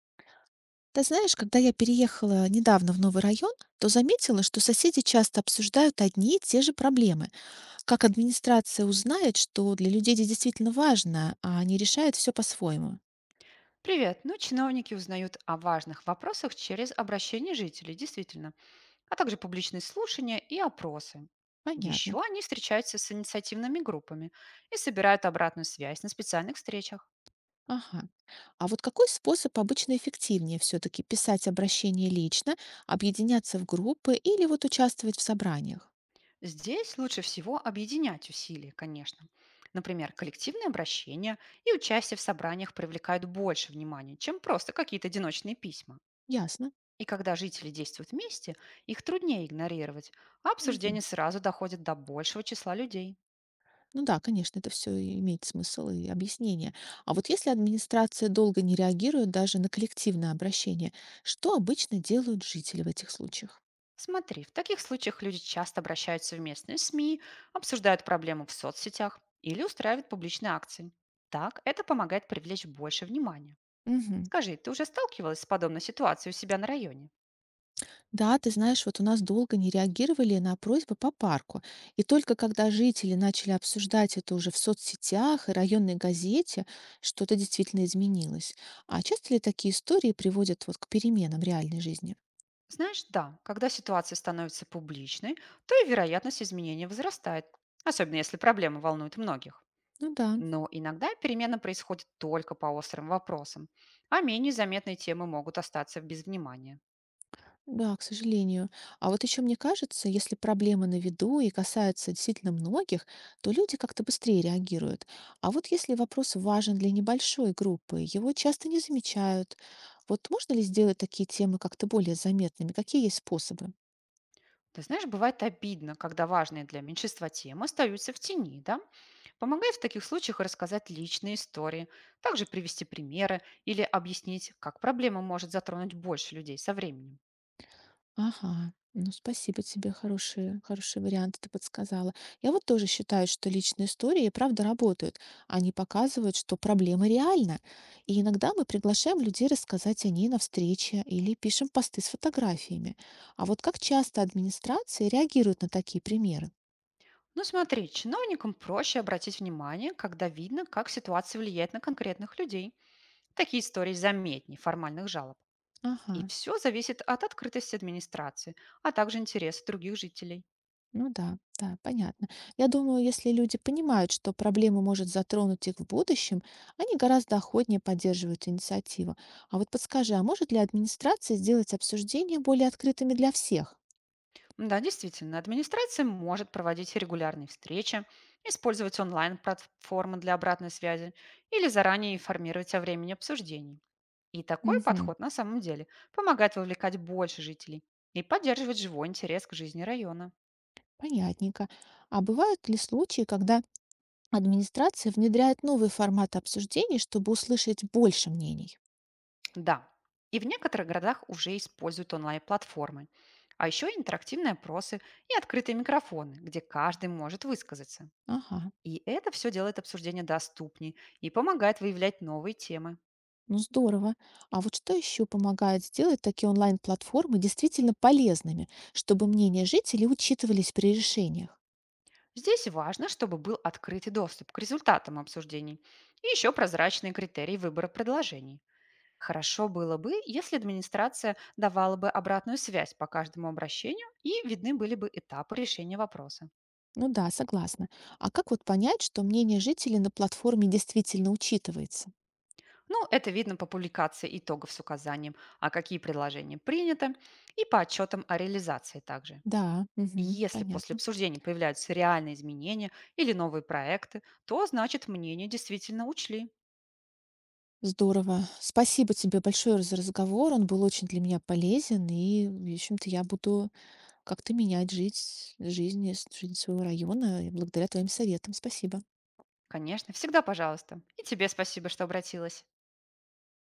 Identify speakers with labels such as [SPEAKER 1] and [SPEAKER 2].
[SPEAKER 1] Ты знаешь, когда я переехала недавно в новый район, то заметила, что соседи часто обсуждают одни и те же проблемы. Как администрация узнает, что для людей это действительно важно, а они решают все по-своему?
[SPEAKER 2] Привет. Ну, чиновники узнают о важных вопросах через обращение жителей, действительно, а также публичные слушания и опросы.
[SPEAKER 1] Понятно.
[SPEAKER 2] Еще они встречаются с инициативными группами и собирают обратную связь на специальных встречах.
[SPEAKER 1] Ага. А вот какой способ обычно эффективнее все-таки писать обращение лично, объединяться в группы или вот участвовать в собраниях?
[SPEAKER 2] Здесь лучше всего объединять усилия, конечно. Например, коллективные обращения и участие в собраниях привлекают больше внимания, чем просто какие-то одиночные письма.
[SPEAKER 1] Ясно.
[SPEAKER 2] И когда жители действуют вместе, их труднее игнорировать, а обсуждение
[SPEAKER 1] Мгм.
[SPEAKER 2] сразу доходит до большего числа людей.
[SPEAKER 1] Ну да, конечно, это все имеет смысл и объяснение. А вот если администрация долго не реагирует даже на коллективное обращение, что обычно делают жители в этих случаях?
[SPEAKER 2] Смотри, в таких случаях люди часто обращаются в местные СМИ, обсуждают проблему в соцсетях или устраивают публичные акции. Так это помогает привлечь больше внимания.
[SPEAKER 1] Мгм.
[SPEAKER 2] Скажи, ты уже сталкивалась с подобной ситуацией у себя на районе?
[SPEAKER 1] Да, ты знаешь, вот у нас долго не реагировали на просьбы по парку. И только когда жители начали обсуждать это уже в соцсетях и районной газете, что-то действительно изменилось. А часто ли такие истории приводят вот к переменам в реальной жизни?
[SPEAKER 2] Знаешь, да, когда ситуация становится публичной, то и вероятность изменения возрастает, особенно если проблема волнует многих.
[SPEAKER 1] Ну да.
[SPEAKER 2] Но иногда перемена происходит только по острым вопросам, а менее заметные темы могут остаться без внимания.
[SPEAKER 1] Да, к сожалению. А вот еще мне кажется, если проблема на виду и касается действительно многих, то люди как-то быстрее реагируют. А вот если вопрос важен для небольшой группы, его часто не замечают. Вот можно ли сделать такие темы как-то более заметными? Какие есть способы?
[SPEAKER 2] Ты знаешь, бывает обидно, когда важные для меньшинства темы остаются в тени, да? Помогает в таких случаях рассказать личные истории, также привести примеры или объяснить, как проблема может затронуть больше людей со временем.
[SPEAKER 1] Ага. Ну, спасибо тебе, хорошие, хорошие варианты ты подсказала. Я вот тоже считаю, что личные истории, и правда, работают. Они показывают, что проблема реальна. И иногда мы приглашаем людей рассказать о ней на встрече или пишем посты с фотографиями. А вот как часто администрации реагируют на такие примеры?
[SPEAKER 2] Ну смотри, чиновникам проще обратить внимание, когда видно, как ситуация влияет на конкретных людей. Такие истории заметнее формальных жалоб. И
[SPEAKER 1] Ага.
[SPEAKER 2] все зависит от открытости администрации, а также интереса других жителей.
[SPEAKER 1] Ну да, да, понятно. Я думаю, если люди понимают, что проблема может затронуть их в будущем, они гораздо охотнее поддерживают инициативу. А вот подскажи, а может ли администрация сделать обсуждения более открытыми для всех?
[SPEAKER 2] Да, действительно, администрация может проводить регулярные встречи, использовать онлайн-платформы для обратной связи или заранее информировать о времени обсуждений. И такой
[SPEAKER 1] Угу,
[SPEAKER 2] подход на самом деле помогает вовлекать больше жителей и поддерживать живой интерес к жизни района.
[SPEAKER 1] понятненько. А бывают ли случаи, когда администрация внедряет новый формат обсуждений, чтобы услышать больше мнений?
[SPEAKER 2] Да, и в некоторых городах уже используют онлайн-платформы, а еще интерактивные опросы и открытые микрофоны, где каждый может высказаться.
[SPEAKER 1] Ага.
[SPEAKER 2] И это все делает обсуждение доступнее и помогает выявлять новые темы.
[SPEAKER 1] Ну, здорово. А вот что еще помогает сделать такие онлайн-платформы действительно полезными, чтобы мнения жителей учитывались при решениях?
[SPEAKER 2] Здесь важно, чтобы был открытый доступ к результатам обсуждений и еще прозрачные критерии выбора предложений. Хорошо было бы, если администрация давала бы обратную связь по каждому обращению и видны были бы этапы решения вопроса.
[SPEAKER 1] Ну да, согласна. А как вот понять, что мнение жителей на платформе действительно учитывается?
[SPEAKER 2] Ну, это видно по публикации итогов с указанием, а какие предложения приняты, и по отчетам о реализации также.
[SPEAKER 1] Да,
[SPEAKER 2] И
[SPEAKER 1] мгм,
[SPEAKER 2] если после
[SPEAKER 1] понятно.
[SPEAKER 2] обсуждений появляются реальные изменения или новые проекты, то значит мнение действительно учли.
[SPEAKER 1] Здорово. Спасибо тебе большое за разговор. Он был очень для меня полезен. И, в общем-то, я буду как-то менять жить, жизнь, и с- жизнь своего района благодаря твоим советам. Спасибо.
[SPEAKER 2] Конечно, всегда пожалуйста. И тебе спасибо, что обратилась.